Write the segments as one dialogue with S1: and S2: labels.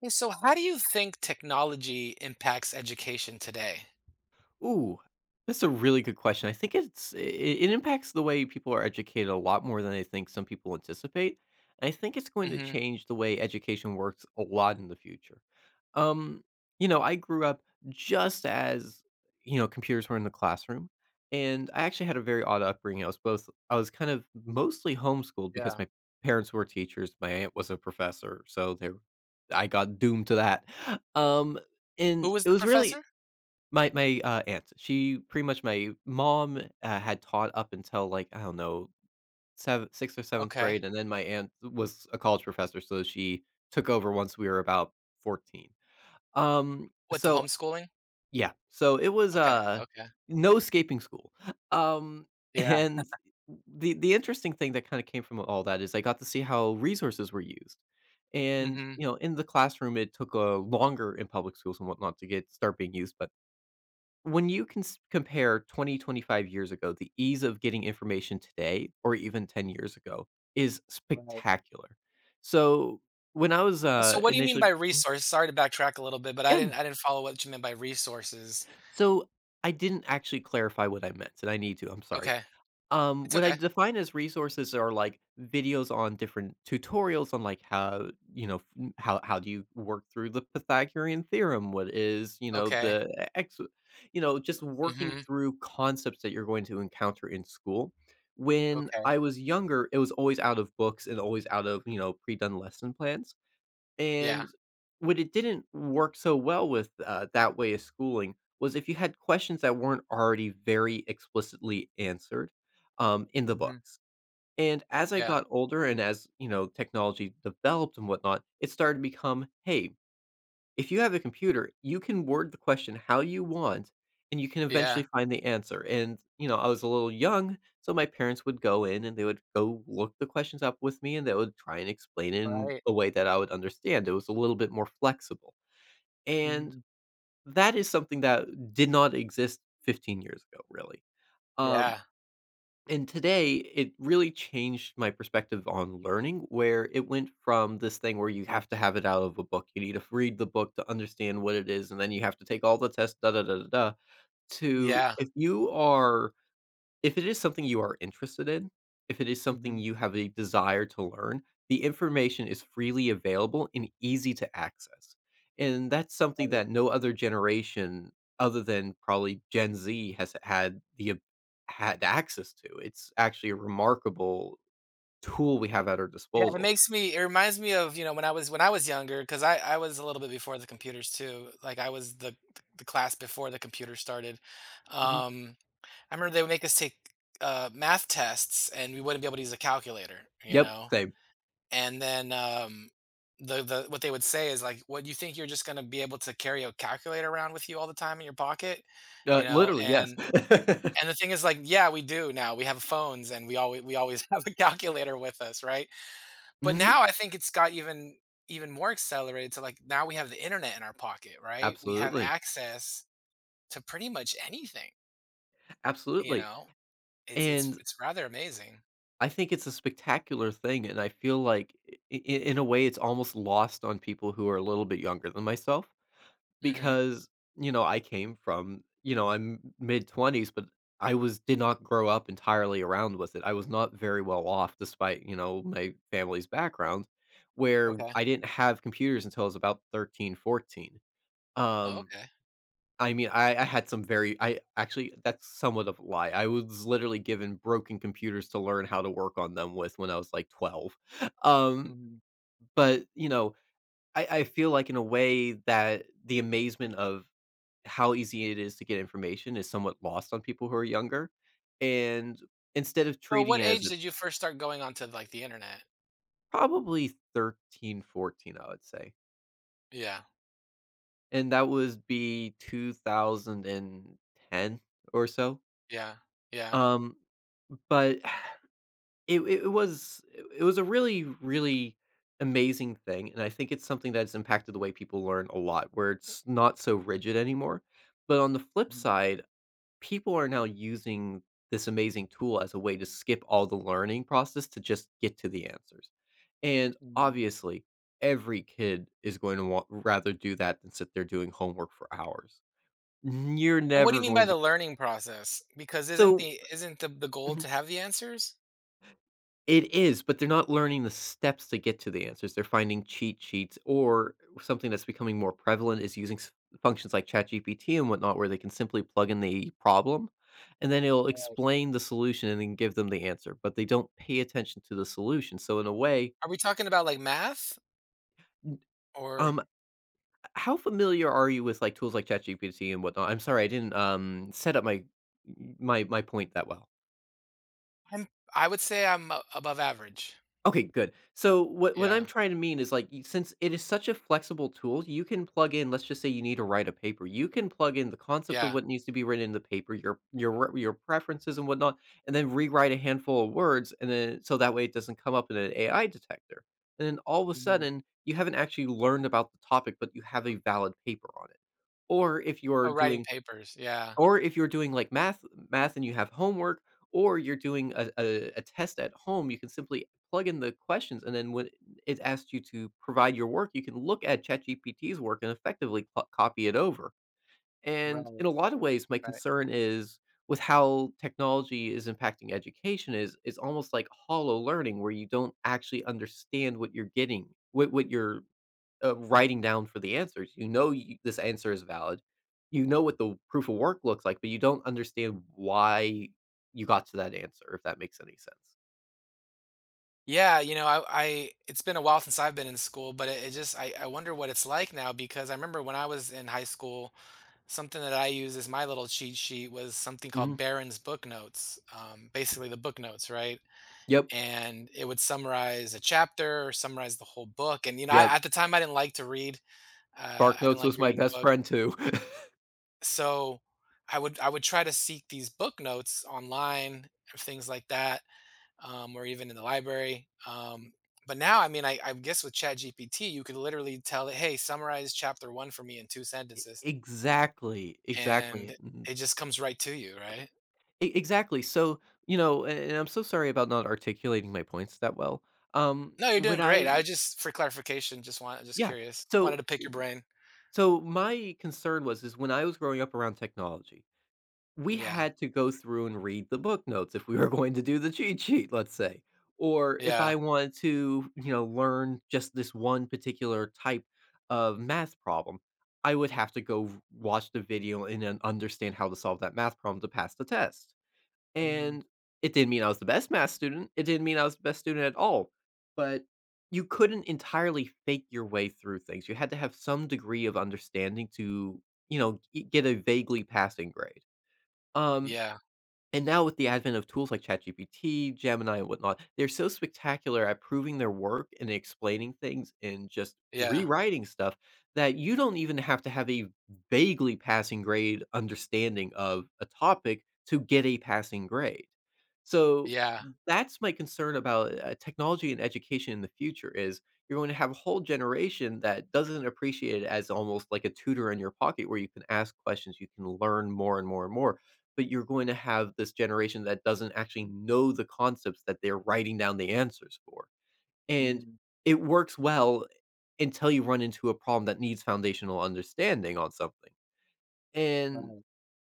S1: Yeah, so, how do you think technology impacts education today?
S2: Ooh, that's a really good question. I think it impacts the way people are educated a lot more than I think some people anticipate. I think it's going to
S1: Hmm.
S2: change the way education works a lot in the future. Um, you know, I grew up just as you know computers were in the classroom, and I actually had a very odd upbringing. I was kind of mostly homeschooled because
S1: Yeah.
S2: my parents were teachers, my aunt was a professor, so there I got doomed to that. Um,
S1: Who
S2: and
S1: was
S2: it
S1: the
S2: was really
S1: professor?
S2: my aunt, she pretty much my mom, had taught up until, like, I don't know, sev or 7th
S1: Okay.
S2: grade, and then my aunt was a college professor, so she took over once we were about 14. Um,
S1: With the
S2: so
S1: homeschooling?
S2: yeah, so it was,
S1: Okay. Okay.
S2: no escaping school. Um,
S1: Yeah.
S2: and the interesting thing that kinda came from all that is I got to see how resources were used. And,
S1: Hmm.
S2: you know, in the classroom, it took, a longer in public schools and whatnot to get start being used, but when you can compare 20, 25 years ago the ease of getting information today or even 10 years ago is
S1: Right.
S2: spectacular. so when i was
S1: And so,
S2: uh
S1: what do you mean by
S2: initially
S1: resource? Sorry to backtrack a little bit, but I didn't.
S2: and
S1: I didn't follow what you meant by resources.
S2: so I didn't actually clarify what I meant and I need to I'm sorry.
S1: Okay. It's
S2: What I
S1: okay.
S2: define as resources are, like, videos on different tutorials on, like, how you know, f how do you work through the Pythagorean theorem? What is, you know, the
S1: Okay.
S2: e ex you know, just working
S1: Hmm.
S2: through concepts that you're going to encounter in school. When
S1: Okay.
S2: I was younger, it was always out of books and always out of, you know, pre-done lesson plans.
S1: Yeah.
S2: And what it didn't work so well with, that way of schooling was if you had questions that weren't already very explicitly answered, in the
S1: Hmm.
S2: books. And as I
S1: Yeah.
S2: got older and as, you know, technology developed and whatnot, it started to become, "Hey, if you have a computer, you can word the question how you want, and you can eventually
S1: Yeah.
S2: find the answer," and, you know, I was a little young, so my parents would go in, and they would go look the questions up with me, and they would try and explain it in
S1: Right.
S2: a way that I would understand. It was a little bit more flexible, and
S1: Hmm.
S2: that is something that did not exist 15 years ago, really. Um
S1: Yeah.
S2: and today, it really changed my perspective on learning, where it went from this thing where you have to have it out of a book. You need to read the book to understand what it is, and then you have to take all the tests, da da da da da. To
S1: Yeah.
S2: if you are if it is something you are interested in, if it is something
S1: Hmm.
S2: you have a desire to learn, the information is freely available and easy to access. And that's something
S1: Right.
S2: that no other generation other than probably Gen Z has had access to. It's actually a remarkable tool we have at our
S1: Yeah,
S2: disposal.
S1: it reminds me of, when I was younger because I was a little bit before the computers too. Like I was the class before the computer started.
S2: Mhm.
S1: Um, I remember they would make us take math tests and we wouldn't be able to use a calculator, you
S2: Yep,
S1: know?
S2: same.
S1: And then the what they would say is like, what you think you're just gonna be able to carry a calculator around with you all the time in your pocket, you know?
S2: Literally, yes.
S1: And the thing is like, yeah, we do now. We have phones and we always have a calculator with us, right? But
S2: Mhm.
S1: now I think it's got even more accelerated to, like, now we have the internet in our pocket, right? We have
S2: Absolutely.
S1: access to pretty much anything, you
S2: Absolutely.
S1: know? It's it's
S2: And
S1: it's rather amazing.
S2: I think it's a spectacular thing, and I feel like I in a way it's almost lost on people who are a little bit younger than myself
S1: Mhm.
S2: because, you know, I came from, you know, I'm mid-20s, but I was did not grow up entirely around with it. I was not very well off despite, you know, my family's background where
S1: Okay.
S2: I didn't have computers until I was about 13, 14.
S1: Oh,
S2: Um,
S1: okay.
S2: I mean, I had some very I actually, that's somewhat of a lie. I was literally given broken computers to learn how to work on them with when I was, like, 12. Um,
S1: Mhm.
S2: but, you know, I feel like in a way that the amazement of how easy it is to get information is somewhat lost on people who are younger, and instead of
S1: So
S2: treating
S1: what
S2: it as
S1: age
S2: a
S1: did you first start going onto, like, the internet?
S2: probably 13, 14, I would say,
S1: Yeah.
S2: and that would be 2010 or so,
S1: Yeah. Yeah.
S2: um, but it was it was a really, really amazing thing, and I think it's something that's impacted the way people learn a lot, where it's not so rigid anymore. But on the flip
S1: Mm,
S2: side, people are now using this amazing tool as a way to skip all the learning process to just get to the answers. And
S1: mm.
S2: obviously, every kid is going to want rather do that than sit there doing homework for hours. You're
S1: And what do you
S2: never
S1: mean by
S2: going
S1: the
S2: to
S1: learning process? Because isn't
S2: so
S1: the isn't the the goal
S2: Mhm.
S1: to have the answers?
S2: It is, but they're not learning the steps to get to the answers. They're finding cheat sheets or something that's becoming more prevalent is using functions like ChatGPT and whatnot, where they can simply plug in the problem and then it'll
S1: Right.
S2: explain the solution and then give them the answer, but they don't pay attention to the solution. So, in a way,
S1: Are we talking about, like, math?
S2: n-
S1: Or
S2: um, how familiar are you with like tools like ChatGPT and whatnot? I'm sorry, I didn't set up my my point that well.
S1: I'm I would say I'm a above average.
S2: Okay, good. So what I'm
S1: Yeah.
S2: trying to mean is like since it is such a flexible tool, you can plug in. Let's just say you need to write a paper. You can plug in the concept of
S1: Yeah.
S2: what needs to be written in the paper, your your your preferences and whatnot, and then rewrite a handful of words, and then so that way it doesn't come up in an AI detector. And then all of a
S1: Mhm.
S2: sudden, you haven't actually learned about the topic, but you have a valid paper on it. Or if you're
S1: Oh, writing
S2: doing
S1: papers, yeah.
S2: or if you're doing, like, math and you have homework, or you're doing a test at home, you can simply plug in the questions, and then when it asks you to provide your work, you can look at ChatGPT's work and effectively co copy it over. And
S1: Right,
S2: in a lot of ways, my
S1: right.
S2: concern is with how technology is impacting education is almost like hollow learning where you don't actually understand what you're getting, what you're writing down for the answers. You know this answer is valid. You know what the proof of work looks like, but you don't understand why you got to that answer, if that makes any sense.
S1: Yeah, I it's been a while since I've been in school, but it just I wonder what it's like now because I remember when I was in high school, something that I used as my little cheat sheet was something called
S2: Mhm.
S1: Barron's Book Notes, basically the book notes, right?
S2: Yep.
S1: And it would summarize a chapter or summarize the whole book, and, you know, I
S2: Yep.
S1: at the time, I didn't like to read,
S2: Spark
S1: I didn't
S2: Notes
S1: like
S2: was my
S1: reading
S2: best
S1: books,
S2: friend too.
S1: so I would try to seek these book notes online or things like that or even in the library. But now, I mean, I guess with ChatGPT, you could literally tell it, "Hey, summarize chapter one for me in two
S2: E
S1: sentences,"
S2: Exactly, exactly,
S1: and
S2: and
S1: it just comes right to you, right?
S2: E exactly. So, you know, a and I'm so sorry about not articulating my points that well.
S1: No, you're doing
S2: When I
S1: great. I just, for clarification, just want, just
S2: Yeah.
S1: curious, wanted
S2: So
S1: to pick your brain.
S2: so my concern was is when I was growing up around technology we
S1: Yeah,
S2: had to go through and read the book notes if we were going to do the cheat sheet, let's say. Or if
S1: yeah.
S2: I wanted to, you know, learn just this one particular type of math problem, I would have to go watch the video and then understand how to solve that math problem to pass the test.
S1: Hmm.
S2: And it didn't mean I was the best math student. It didn't mean I was the best student at all. But you couldn't entirely fake your way through things. You had to have some degree of understanding to, you know, get a vaguely passing grade. Um,
S1: Yeah,
S2: and now with the advent of tools like ChatGPT, Gemini, and whatnot, they're so spectacular at proving their work and explaining things and just
S1: yeah,
S2: rewriting stuff that you don't even have to have a vaguely passing grade understanding of a topic to get a passing grade. So
S1: yeah.
S2: that's my concern about technology and education in the future is you're going to have a whole generation that doesn't appreciate it as almost like a tutor in your pocket where you can ask questions, you can learn more and more and more, but you're going to have this generation that doesn't actually know the concepts that they're writing down the answers for. And
S1: Hmm.
S2: it works well until you run into a problem that needs foundational understanding on something. And
S1: Right,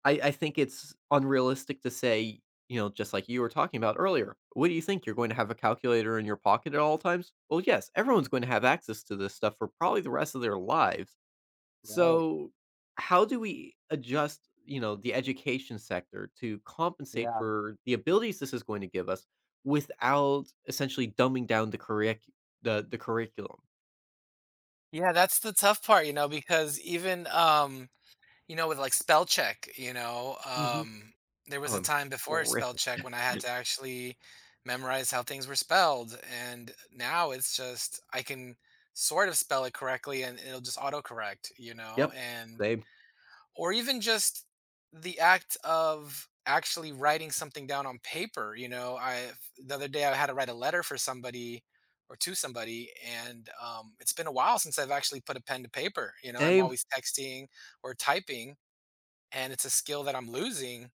S2: I think it's unrealistic to say, you know, just like you were talking about earlier, what do you think? You're going to have a calculator in your pocket at all times? Well, yes, everyone's going to have access to this stuff for probably the rest of their lives.
S1: right.
S2: So, how do we adjust, you know, the education sector to compensate
S1: Yeah.
S2: for the abilities this is going to give us without essentially dumbing down the curriculum?
S1: Yeah, that's the tough part, because even with, like, spell check, you know,
S2: Hmm.
S1: um, there was a
S2: Oh,
S1: time before spell
S2: horrific.
S1: check when I had to actually memorize how things were spelled, and now it's just I can sort of spell it correctly and it'll just autocorrect, you know,
S2: Yep.
S1: and
S2: Same.
S1: or even just the act of actually writing something down on paper, you know, I the other day I had to write a letter for somebody or to somebody, and, it's been a while since I've actually put a pen to paper, I'm
S2: Same.
S1: always texting or typing, and it's a skill that I'm losing.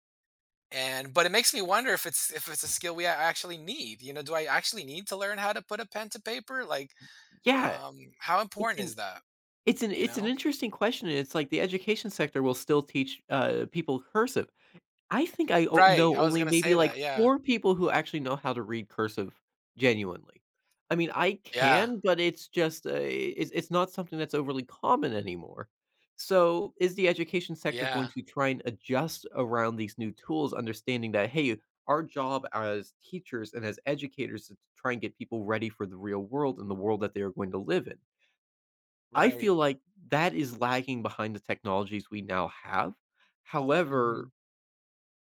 S1: And but it makes me wonder if it's a skill we actually need. Do I actually need to learn how to put a pen to paper? Like,
S2: Yeah.
S1: how
S2: It's
S1: important
S2: an
S1: is that? You
S2: it's an
S1: know,
S2: interesting question. And It's like the education sector will still teach people cursive, I think I o
S1: right?
S2: know
S1: I was
S2: only
S1: gonna say
S2: maybe, like,
S1: that. Yeah,
S2: 4 people who actually know how to read cursive genuinely. I mean, I
S1: yeah,
S2: can, but it's just, it's not something that's overly common anymore. So, is the education sector going
S1: yeah.
S2: to try and adjust around these new tools, understanding that, "Hey, our job as teachers and as educators is to try and get people ready for the real world and the world that they are going to live in." I
S1: Right.
S2: feel like that is lagging behind the technologies we now have.
S1: Hmm.
S2: However,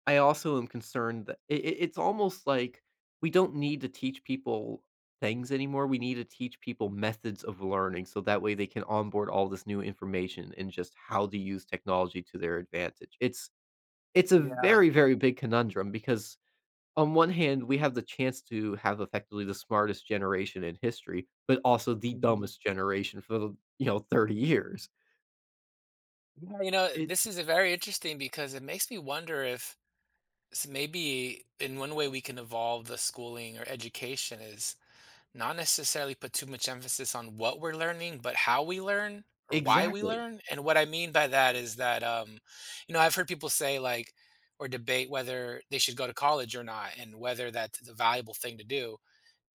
S2: I also am concerned that it's almost like we don't need to teach people things anymore. We need to teach people methods of learning so that way they can onboard all this new information and just how to use technology to their advantage. It's a
S1: Yeah.
S2: very, very big conundrum because on one hand, we have the chance to have effectively the smartest generation in history, but also the
S1: Hmm.
S2: dumbest generation for the 30 years.
S1: Yeah.
S2: It.
S1: This is a very interesting because it makes me wonder if maybe in one way we can evolve the schooling or education is not necessarily put too much emphasis on what we're learning, but how we learn or why we
S2: Exactly.
S1: learn. And what I mean by that is that, I've heard people say like, or debate whether they should go to college or not and whether that's a valuable thing to do.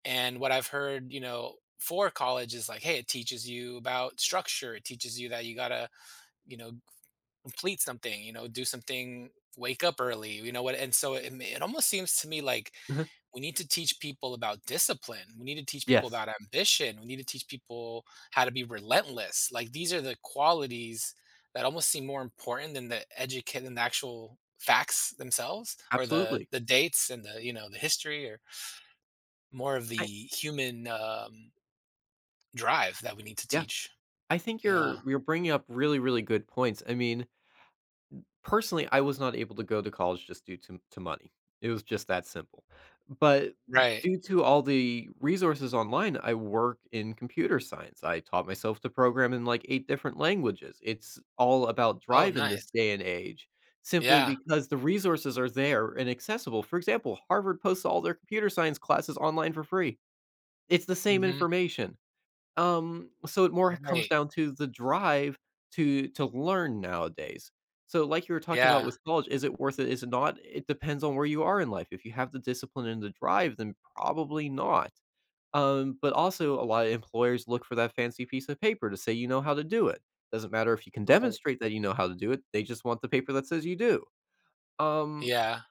S1: And what I've heard, for college is like, hey, it teaches you about structure. It teaches you that you got to, you know, complete something, do something, wake up early, you know what and so it almost seems to me like
S2: uh
S1: we need to teach people about discipline, we need to teach people
S2: Yes,
S1: about ambition, we need to teach people how to be relentless, like these are the qualities that almost seem more important than the educate than the actual facts themselves or the
S2: absolutely.
S1: the dates and the you know the history or more of
S2: I,
S1: the human drive that we need to
S2: yeah.
S1: teach.
S2: I think you're
S1: Yeah.
S2: you're bringing up really, really good points. I mean, personally, I was not able to go to college just due to money. It was just that simple. But
S1: Right.
S2: due to all the resources online, I work in computer science. I taught myself to program in like eight different languages. It's all about
S1: Oh,
S2: drive in
S1: nice.
S2: this day and age, simply
S1: Yeah.
S2: because the resources are there and accessible. For example, Harvard posts all their computer science classes online for free. It's the same
S1: Hmm.
S2: information, so it more comes
S1: Right.
S2: down to the drive to learn nowadays. So like you were talking about
S1: Yeah.
S2: with college, is it worth it? Is it not? It depends on where you are in life. If you have the discipline and the drive, then probably not. But also a lot of employers look for that fancy piece of paper to say you know how to do it. Doesn't matter if you can
S1: Right.
S2: demonstrate that you know how to do it, they just want the paper that says you do. Um
S1: Yeah.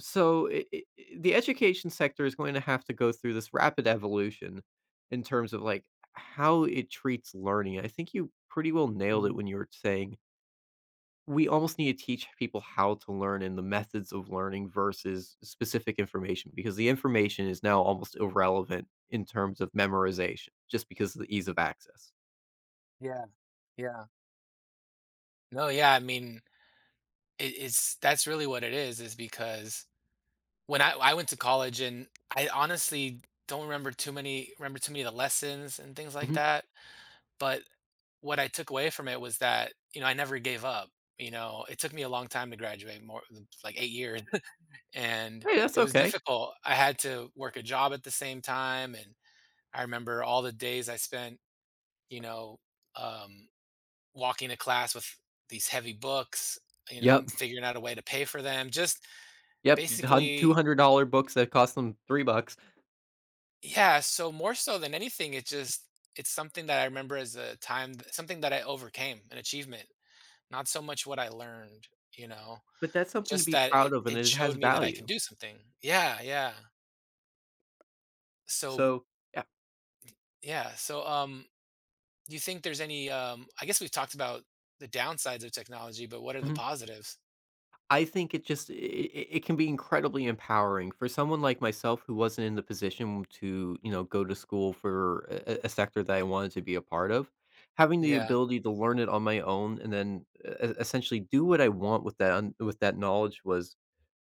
S2: so I the education sector is going to have to go through this rapid evolution in terms of, like, how it treats learning. I think you pretty well nailed it
S1: Mhm.
S2: when you were saying we almost need to teach people how to learn and the methods of learning versus specific information because the information is now almost irrelevant in terms of memorization just because of the ease of access.
S1: Yeah. Yeah. No, yeah, I mean, it, it's that's really what it is because when I went to college and I honestly don't remember too many of the lessons and things like
S2: Mhm.
S1: that. But what I took away from it was that, I never gave up. It took me a long time to graduate, more than like 8 years. And
S2: Hey, that's
S1: it was
S2: okay.
S1: difficult. I had to work a job at the same time. And I remember all the days I spent, you know, um walking to class with these heavy books,
S2: Yep,
S1: figuring out a way to pay for them. Just
S2: yep,
S1: basically,
S2: $200 books that cost them 3 bucks,
S1: yeah. So more so than anything, it's something that I remember as a time, something that I overcame, an achievement. Not so much what I learned, you know,
S2: but that's something to
S1: just
S2: be
S1: that
S2: proud
S1: it
S2: of, and
S1: it
S2: it
S1: showed
S2: has
S1: me that I can
S2: value.
S1: do something. Yeah, yeah. So
S2: So, yeah.
S1: yeah. So do you think there's any? I guess we've talked about the downsides of technology, but what are the
S2: Mhm.
S1: positives?
S2: I think it just I it can be incredibly empowering for someone like myself who wasn't in the position to go to school for a sector that I wanted to be a part of. Having the
S1: Yeah,
S2: ability to learn it on my own and then essentially do what I want with that knowledge was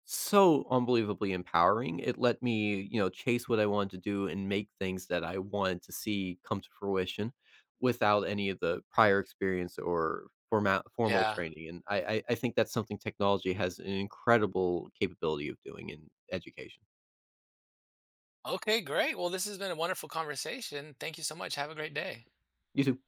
S2: so unbelievably empowering. It let me chase what I wanted to do and make things that I wanted to see come to fruition without any of the prior experience or formal
S1: yeah.
S2: training. And I think that's something technology has an incredible capability of doing in education.
S1: Okay, great. Well, this has been a wonderful conversation. Thank you so much. Have a great day.
S2: You too.